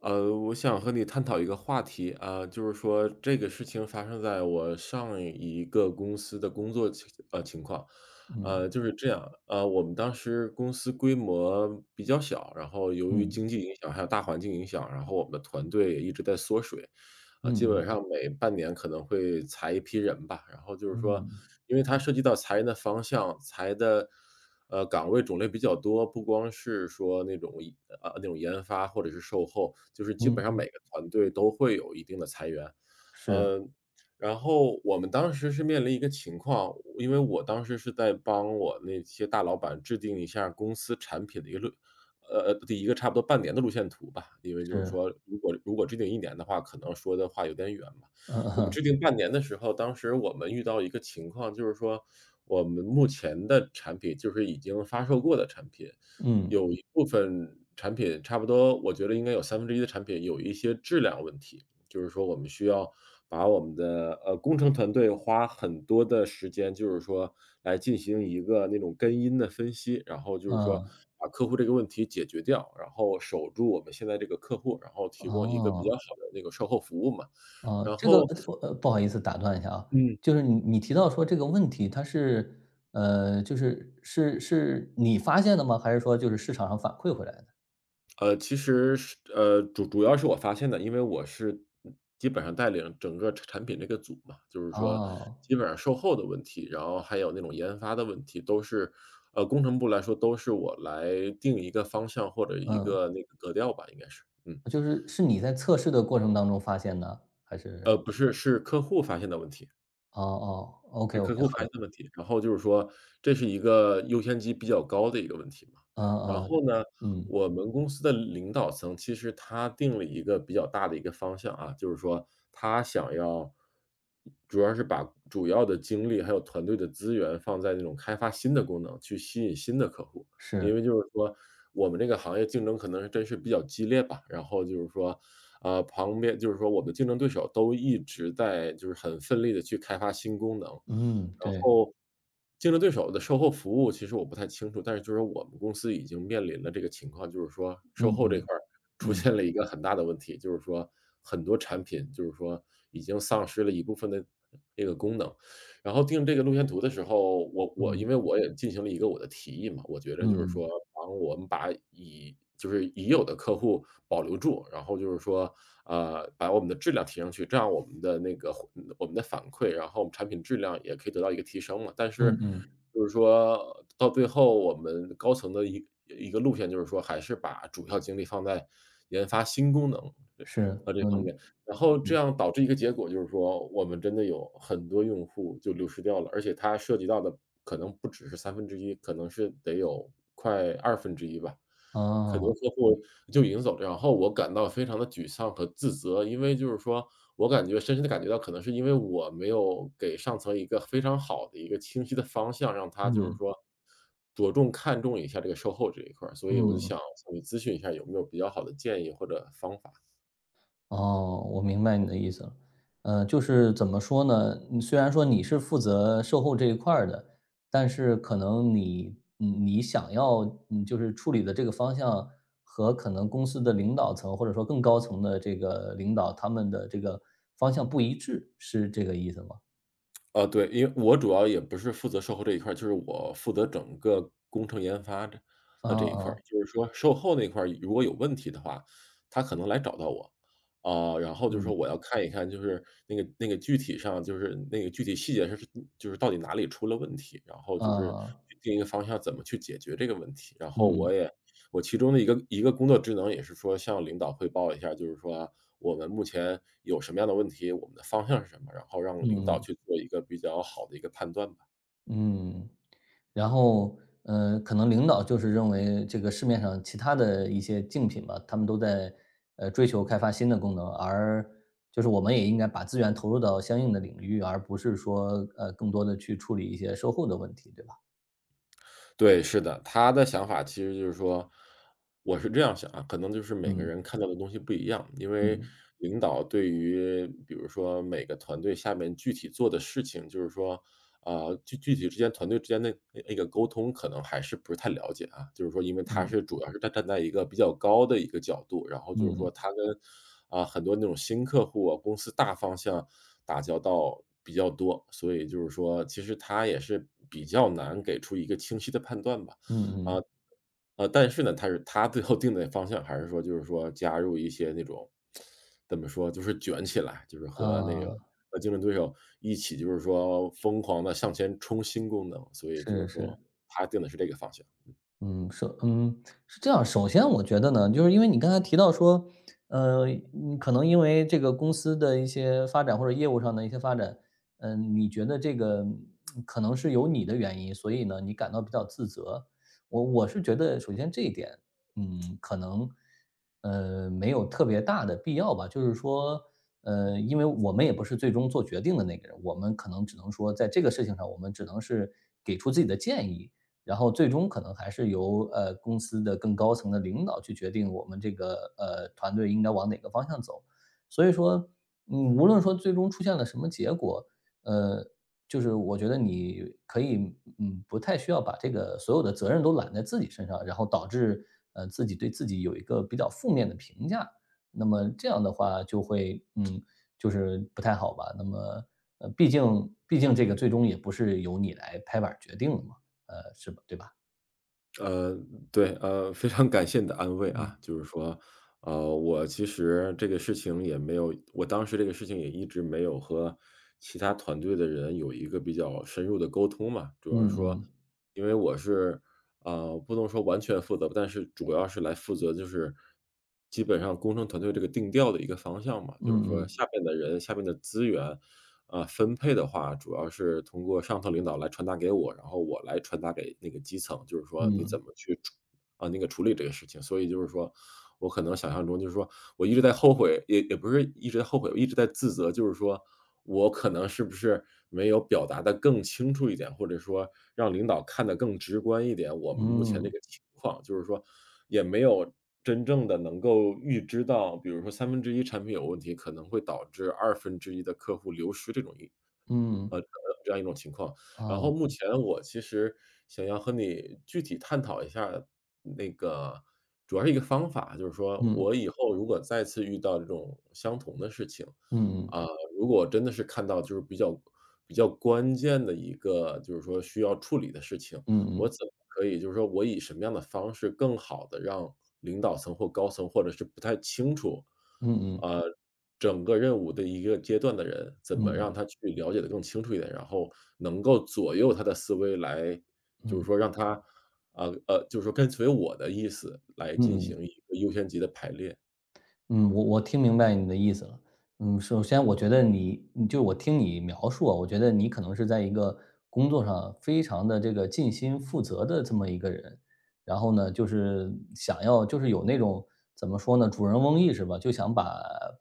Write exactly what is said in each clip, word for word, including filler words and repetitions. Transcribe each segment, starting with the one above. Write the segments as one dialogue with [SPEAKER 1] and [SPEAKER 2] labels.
[SPEAKER 1] 呃，我想和你探讨一个话题啊，就是说这个事情发生在我上一个公司的工作情呃情况，
[SPEAKER 2] 嗯
[SPEAKER 1] 呃，就是这样。呃，我们当时公司规模比较小，然后由于
[SPEAKER 2] 嗯
[SPEAKER 1] 经济影响还有大环境影响，然后我们的团队也一直在缩水，啊，
[SPEAKER 2] 嗯
[SPEAKER 1] 基
[SPEAKER 2] 嗯
[SPEAKER 1] 本上每半年可能会裁一批人吧。然后就是说，
[SPEAKER 2] 嗯
[SPEAKER 1] 因为它涉及到裁人的方向，裁的呃，岗位种类比较多，不光是说那种一呃，那种研发或者是售后，就是基
[SPEAKER 2] 嗯
[SPEAKER 1] 本上每
[SPEAKER 2] 嗯，
[SPEAKER 1] 个团队都会有一定的裁员。
[SPEAKER 2] 是
[SPEAKER 1] 呃，然后我们当时是面临一个情况，因为我当时是在帮我那些大老板制定一下公司产品的一个路呃，呃的一个差不多半年的路线图吧。因为就是
[SPEAKER 2] 是，
[SPEAKER 1] 说如果如果制定一年的话，可能说的话有点远嘛。我们
[SPEAKER 2] 嗯
[SPEAKER 1] 制定 半年的时候，当时我们遇到一个情况，就是说我们目前的产品，就是已经发售过的产品，
[SPEAKER 2] 嗯
[SPEAKER 1] 有一部分产品差不多，我觉得应该有三分之一的产品有一些质量问题。就是说我们需要把我们的，呃，工程团队花很多的时间，就是说来进行一个那种根因的分析，然后就是
[SPEAKER 2] 啊，
[SPEAKER 1] 说把客户这个问题解决掉，然后守住我们现在这个客户，然后提供一个比
[SPEAKER 2] 哦
[SPEAKER 1] 较好的那个售后服务嘛。
[SPEAKER 2] 哦，
[SPEAKER 1] 然
[SPEAKER 2] 这个
[SPEAKER 1] 后
[SPEAKER 2] 呃，不好意思打断一下啊，
[SPEAKER 1] 嗯，
[SPEAKER 2] 就是你你提到说这个问题，它是呃，就是是是你发现的吗？还是说就是市场上反馈回来的？
[SPEAKER 1] 呃，其实是呃，主主要是我发现的。因为我是嗯基本上带领整个产产品这个组嘛，就是说
[SPEAKER 2] 哦，
[SPEAKER 1] 基本上售后的问题，然后还有那种研发的问题，都是呃，工程部来说都是我来定一个方向或者一
[SPEAKER 2] 嗯，
[SPEAKER 1] 个那个格调吧，应该是。嗯，
[SPEAKER 2] 就是是你在测试的过程当中发现的，还是？
[SPEAKER 1] 呃，不是，是客户发现的问题。
[SPEAKER 2] 哦哦，OK
[SPEAKER 1] 给
[SPEAKER 2] OK,
[SPEAKER 1] 客户
[SPEAKER 2] 好
[SPEAKER 1] 发现
[SPEAKER 2] 的，
[SPEAKER 1] 的问题，然后就是说这是一个优先级比较高的一个问题嘛。
[SPEAKER 2] 嗯
[SPEAKER 1] 然
[SPEAKER 2] 哦，
[SPEAKER 1] 后呢，
[SPEAKER 2] 嗯，
[SPEAKER 1] 我们公司的领导层其实他定了一个比较大的一个方向啊，就是说他想要主要是把主要的精力还有团队的资源放在那种开发新的功能，去吸引新的客户。
[SPEAKER 2] 是，
[SPEAKER 1] 因为就是说我们这个行业竞争可能是真是比较激烈吧。然后就是说，呃，旁边就是说我们的竞争对手都一直在就是很奋力的去开发新功能。
[SPEAKER 2] 嗯，
[SPEAKER 1] 然
[SPEAKER 2] 对，
[SPEAKER 1] 后竞争对手的售后服务其实我不太清楚，但是就是我们公司已经面临了这个情况，就是说售
[SPEAKER 2] 嗯
[SPEAKER 1] 后这
[SPEAKER 2] 嗯
[SPEAKER 1] 块儿出
[SPEAKER 2] 嗯
[SPEAKER 1] 现了一个很大的问题，就是说很多产品就是说已经丧失了一部分的这个功能。然后定这个路线图的时候，我我
[SPEAKER 2] 嗯。
[SPEAKER 1] 因为我也进行了一个我的提议嘛，我觉得就是
[SPEAKER 2] 嗯，
[SPEAKER 1] 说，帮我们把已就是已有的客户保留住，然后就是说，呃，把我们的质量提上去，这样我们的那个回我们的反馈，然后我们产品质量也可以得到一个提升嘛。但
[SPEAKER 2] 嗯
[SPEAKER 1] 是
[SPEAKER 2] 嗯，
[SPEAKER 1] 就是说到最后，我们高层的一一个路线就是说，还是把主要精力放在研发新功能，
[SPEAKER 2] 是，
[SPEAKER 1] 啊，这方
[SPEAKER 2] 嗯，
[SPEAKER 1] 面。然后这样导致一个结果就是说，我们真的有很多用户就流失掉了，而且它涉及到的可能不只是三分之一，可能是得有快二分之一吧，可能
[SPEAKER 2] 哦，
[SPEAKER 1] 客户就已经走了。然后我感到非常的沮丧和自责。因为就是说我感觉深深的感觉到可能是因为我没有给上层一个非常好的一个清晰的方向，让他就是
[SPEAKER 2] 嗯，
[SPEAKER 1] 说着重看重一下这个售后这一块儿，所以我就
[SPEAKER 2] 嗯，
[SPEAKER 1] 想向你咨询一下有没有比较好的建议或者方法？
[SPEAKER 2] 哦，我明白你的意思了。呃，就是怎么说呢，嗯虽然说你是负责售后这一块儿的，但是可能你嗯你想要嗯就是处理的这个方向和可能公司的领导层或者说更高层的这个领导他们的这个方向不一致，是这个意思吗？
[SPEAKER 1] 呃，对，因为我主要也不是负责售后这一块儿，就是我负责整个工程研发这
[SPEAKER 2] 啊
[SPEAKER 1] 呃这一块儿。
[SPEAKER 2] 啊，
[SPEAKER 1] 就是说售后那块儿如果有问题的话，他可能来找到我，啊，然后就说
[SPEAKER 2] 嗯，
[SPEAKER 1] 我要看一看，就是那个那个具体上就是那个具体细节是就是到底哪里出了问题，然后就是
[SPEAKER 2] 啊，
[SPEAKER 1] 去定一个方向怎么去解决这个问题。然
[SPEAKER 2] 嗯
[SPEAKER 1] 后我
[SPEAKER 2] 嗯
[SPEAKER 1] 也我其中的一个一个工作职能也是说向领导汇报一下，就是说啊我们目前有什么样的问题，我们的方向是什么，然后让领导
[SPEAKER 2] 嗯。
[SPEAKER 1] 去做一个比较好的一个判断吧。
[SPEAKER 2] 嗯然后，呃，可能领导就是认为这个市面上其他的一些竞品吧，他们都在呃追求开发新的功能，而就是我们也应该把资源投入到相应的领域，而不是说呃更多的去处理一些售后的问题，对吧？
[SPEAKER 1] 对，是的，他的想法其实就是说我是这样想啊，可能就是每个
[SPEAKER 2] 嗯
[SPEAKER 1] 人看到的东西不一样。因为
[SPEAKER 2] 嗯
[SPEAKER 1] 领导对于比如说每个团队下面具体做的事情，就是说啊，具具体之间团队之间的那那个沟通可能还是不是太了解啊。就是说因为他
[SPEAKER 2] 嗯
[SPEAKER 1] 是主要是站站在一个比较高的一个角度，然后就是说
[SPEAKER 2] 嗯
[SPEAKER 1] 他跟，啊，很多那种新客户啊，公司大方向打交道比较多，所以就是说其实他也是比较难给出一个清晰的判断吧。
[SPEAKER 2] 嗯
[SPEAKER 1] 啊，
[SPEAKER 2] 嗯
[SPEAKER 1] 呃，但是呢，他是他最后定的方向还是说就是说加入一些那种，怎么说，就是卷起来，就是和那个
[SPEAKER 2] 啊，
[SPEAKER 1] 和竞争对手一起就是说疯狂的向前冲新功能，所以就是
[SPEAKER 2] 是是。
[SPEAKER 1] 说他定的是这个方向。
[SPEAKER 2] 嗯，首嗯，是这样。首先我觉得呢，就是因为你刚才提到说，呃，嗯可能因为这个公司的一些发展或者业务上的一些发展，嗯，你觉得这个嗯可能是有你的原因，所以呢，你感到比较自责。我我是觉得，首先这一点，嗯，可能，呃，没有特别大的必要吧。就是说，呃，因为我们也不是最终做决定的那个人，我们可能只能说，在这个事情上，我们只能是给出自己的建议。然后最终可能还是由呃公司的更高层的领导去决定我们这个呃团队应该往哪个方向走。所以说，嗯，无论说最终出现了什么结果，呃，就是我觉得你可以，嗯，不太需要把这个所有的责任都揽在自己身上，然后导致呃自己对自己有一个比较负面的评价。那么这样的话就会，嗯，就是不太好吧。那么，呃，毕竟毕竟这个最终也不是由你来拍板儿决定的嘛。呃，是吧？对吧？
[SPEAKER 1] 呃，对，呃，非常感谢你的安慰
[SPEAKER 2] 嗯，
[SPEAKER 1] 啊。就是说，呃，我其实这个事情也没有我当时这个事情也一直没有和其他团队的人有一个比较深入的沟通嘛。主
[SPEAKER 2] 嗯
[SPEAKER 1] 要是说，
[SPEAKER 2] 嗯，
[SPEAKER 1] 因为我是啊，不能说完全负责吧，但是主要是来负责就是基本上工程团队这个定调的一个方向嘛。就是说
[SPEAKER 2] 嗯
[SPEAKER 1] 下面的人、下面的资源，啊，分配的话，主要是通过上头领导来传达给我，然后我来传达给那个基层，就是说你怎
[SPEAKER 2] 嗯
[SPEAKER 1] 么去处啊，那个处理这个事情。所以就是说，我可能想象中就是说我一直在后悔，也也不是一直在后悔，我一直在自责。就是说我可能是不是没有表达得更清楚一点，或者说让领导看得更直观一点，我们目前
[SPEAKER 2] 嗯
[SPEAKER 1] 这
[SPEAKER 2] 嗯
[SPEAKER 1] 个情况，就是说也没有真正的能够预知到，比如说三分之一产品有问题，可能会导致二分之一的客户流失这种
[SPEAKER 2] 嗯，
[SPEAKER 1] 呃，这样一种情况。然
[SPEAKER 2] 哦，
[SPEAKER 1] 后目前我其实想要和你具体探讨一下那个主要是一个方法，就是说
[SPEAKER 2] 嗯
[SPEAKER 1] 我以后如果再次遇到这种相同的事情，
[SPEAKER 2] 嗯嗯
[SPEAKER 1] 啊，
[SPEAKER 2] 啊
[SPEAKER 1] 如果真的是看到就是比较比较关键的一个就是说需要处理的事情，
[SPEAKER 2] 嗯嗯
[SPEAKER 1] 我
[SPEAKER 2] 嗯
[SPEAKER 1] 怎
[SPEAKER 2] 嗯
[SPEAKER 1] 么可以就是说我以什么样的方式更好的让领导层或高层，或者是不太清楚
[SPEAKER 2] 嗯嗯
[SPEAKER 1] 呃，整个任务的一个阶段的人，怎么让
[SPEAKER 2] 嗯
[SPEAKER 1] 他去了解的更清楚一点，然后能够左右他的思维来就
[SPEAKER 2] 嗯
[SPEAKER 1] 是说让他，呃，呃，就是说跟随我的意思来进
[SPEAKER 2] 嗯
[SPEAKER 1] 行一
[SPEAKER 2] 嗯。
[SPEAKER 1] 个优先级的排列。
[SPEAKER 2] 嗯，我我听明白你的意思了。嗯，首先我觉得你，你就我听你描述啊，我觉得你可能是在一个工作上非常的这个尽心负责的这么一个人，然后呢，就是想要就是有那种怎么说呢，主人翁意识吧，就想把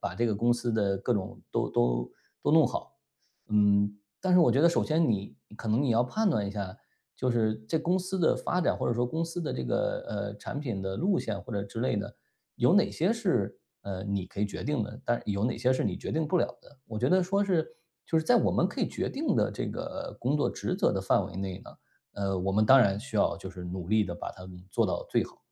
[SPEAKER 2] 把这个公司的各种都都都弄好。嗯，但是我觉得首先你可能你要判断一下，就是这公司的发展或者说公司的这个呃产品的路线或者之类的，有哪些是呃你可以决定的，但有哪些是你决定不了的？我觉得说是就是在我们可以决定的这个工作职责的范围内呢，呃，我们当然需要就是努力的把它们做到最好。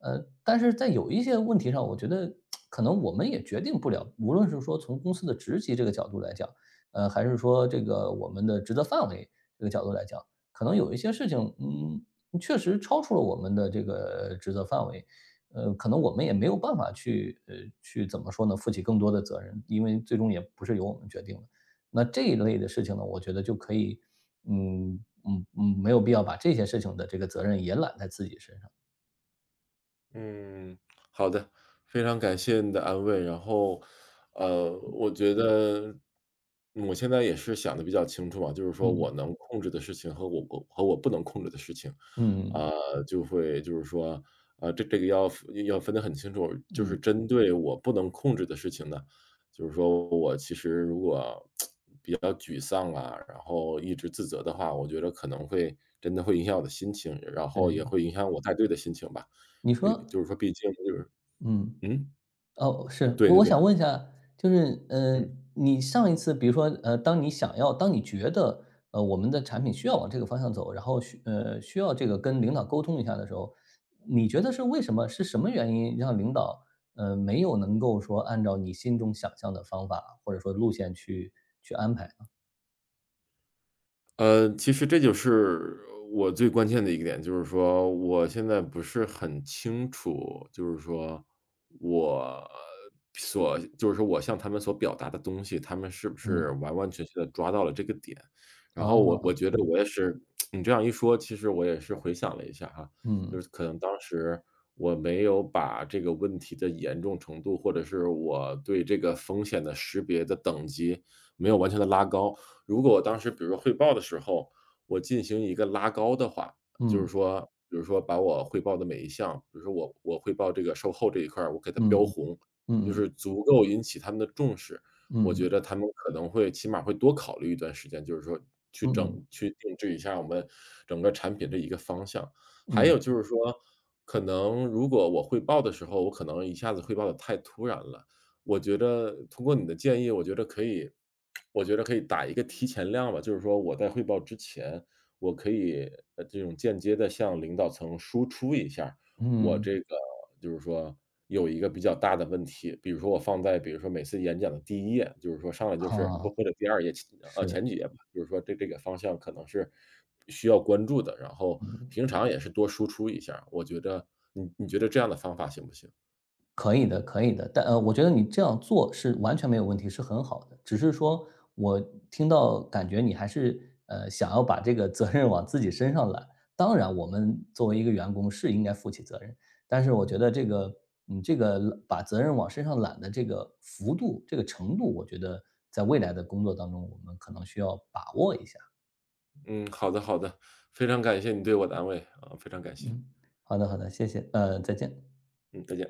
[SPEAKER 2] 呃，但是在有一些问题上，我觉得可能我们也决定不了，无论是说从公司的职级这个角度来讲，呃，还是说这个我们的职责范围这个角度来讲，可能有一些事情，嗯，确实超出了我们的这个职责范围，呃，可能我们也没有办法去呃，去怎么说呢，负起更多的责任，因为最终也不是由我们决定的。那这一类的事情呢，我觉得就可以，嗯嗯嗯，没有必要把这些事情的这个责任也揽在自己身上。
[SPEAKER 1] 嗯，好的，非常感谢你的安慰。然后，呃，我觉嗯得我现在也是想的比较清楚嘛，就是说
[SPEAKER 2] 嗯
[SPEAKER 1] 我能控制的事情和我我和我不能控制的事情。
[SPEAKER 2] 嗯
[SPEAKER 1] 啊，就会就是说，啊，这这个要要分得很清楚。就是
[SPEAKER 2] 嗯，
[SPEAKER 1] 针对我不能控制的事情呢，就是说我其实如果比较沮丧啊，然后一直自责的话，我觉得可能会真的会影响我的心情，然后也
[SPEAKER 2] 对，
[SPEAKER 1] 会影响我带队的心情吧。
[SPEAKER 2] 你
[SPEAKER 1] 有
[SPEAKER 2] 说，
[SPEAKER 1] 就是说毕竟就是
[SPEAKER 2] 嗯。
[SPEAKER 1] 嗯，
[SPEAKER 2] 哦，是，
[SPEAKER 1] 对
[SPEAKER 2] 我
[SPEAKER 1] 对
[SPEAKER 2] 我
[SPEAKER 1] 对。
[SPEAKER 2] 想问一下，就是，嗯，呃
[SPEAKER 1] 嗯。
[SPEAKER 2] 你上一次比如说，呃，当你想要当你觉得，呃，我们的产品需要往这个方向走，然后需呃，需要这个跟领导沟通一下的时候，你觉得是为什么是什么原因让领导，呃，没有能够说按照你心中想象的方法，或者说路线去去安排呢？
[SPEAKER 1] 呃，其实这就是我最关键的一个点，就是说我现在不是很清楚，就是说我所就是说我向他们所表达的东西，他们是不
[SPEAKER 2] 嗯，
[SPEAKER 1] 是完完全全的抓到了这个点。然后我
[SPEAKER 2] 哦，
[SPEAKER 1] 我觉得我也是 你这样一说，其实我也是回想了一下哈，就
[SPEAKER 2] 嗯，
[SPEAKER 1] 是可能当时我没有把这个问题的严重程度，或者是我对这个风险的识别的等级没有完全的拉高。如果我当时比如说汇报的时候，我进行一个拉高的话，就是
[SPEAKER 2] 嗯，
[SPEAKER 1] 说，比如说把我汇报的每一项，比如说我我汇报这个售后这一块儿，我给它标
[SPEAKER 2] 嗯，
[SPEAKER 1] 红，
[SPEAKER 2] 嗯
[SPEAKER 1] 就
[SPEAKER 2] 嗯，
[SPEAKER 1] 是足够引起他们的重视。
[SPEAKER 2] 嗯
[SPEAKER 1] 我
[SPEAKER 2] 嗯，
[SPEAKER 1] 觉得他们可能会起码会多考虑一段时间，就是说去整
[SPEAKER 2] 嗯
[SPEAKER 1] 去定制一下我们整个产品这一个方向。
[SPEAKER 2] 嗯，
[SPEAKER 1] 还有就是说，可能如果我汇报的时候，我可能一下子汇报的太突然了，我觉得通过你的建议，我觉得可以我觉得可以打一个提前量吧。就是说我在汇报之前，我可以，呃，这种间接的向领导层输出一下我
[SPEAKER 2] 嗯，
[SPEAKER 1] 这个就是说有一个比较大的问题，比如说我放在比如说每次演讲的第一页，就是说上来就是
[SPEAKER 2] 啊，
[SPEAKER 1] 或或者第二页，前呃，
[SPEAKER 2] 是，
[SPEAKER 1] 前几页吧，就是说这这个方向可能是需要关注的，然后平
[SPEAKER 2] 嗯。
[SPEAKER 1] 常也是多输出一下。我觉得你你觉得这样的方法行不行？
[SPEAKER 2] 可以的，可以的，但呃，我觉得你这样做是完全没有问题，是很好的。只是说我听到感觉你还是呃想要把这个责任往自己身上揽。当然，我们作为一个员工是应该负起责任，但是我觉得这个你这个把责任往身上揽的这个幅度、这个程度，我觉得在未来的工作当中，我们可能需要把握一下。
[SPEAKER 1] 嗯，好的好的，非常感谢你对我的安慰，啊，非常感谢。
[SPEAKER 2] 嗯，好的，好的，谢谢，呃，再见。
[SPEAKER 1] 嗯，再见。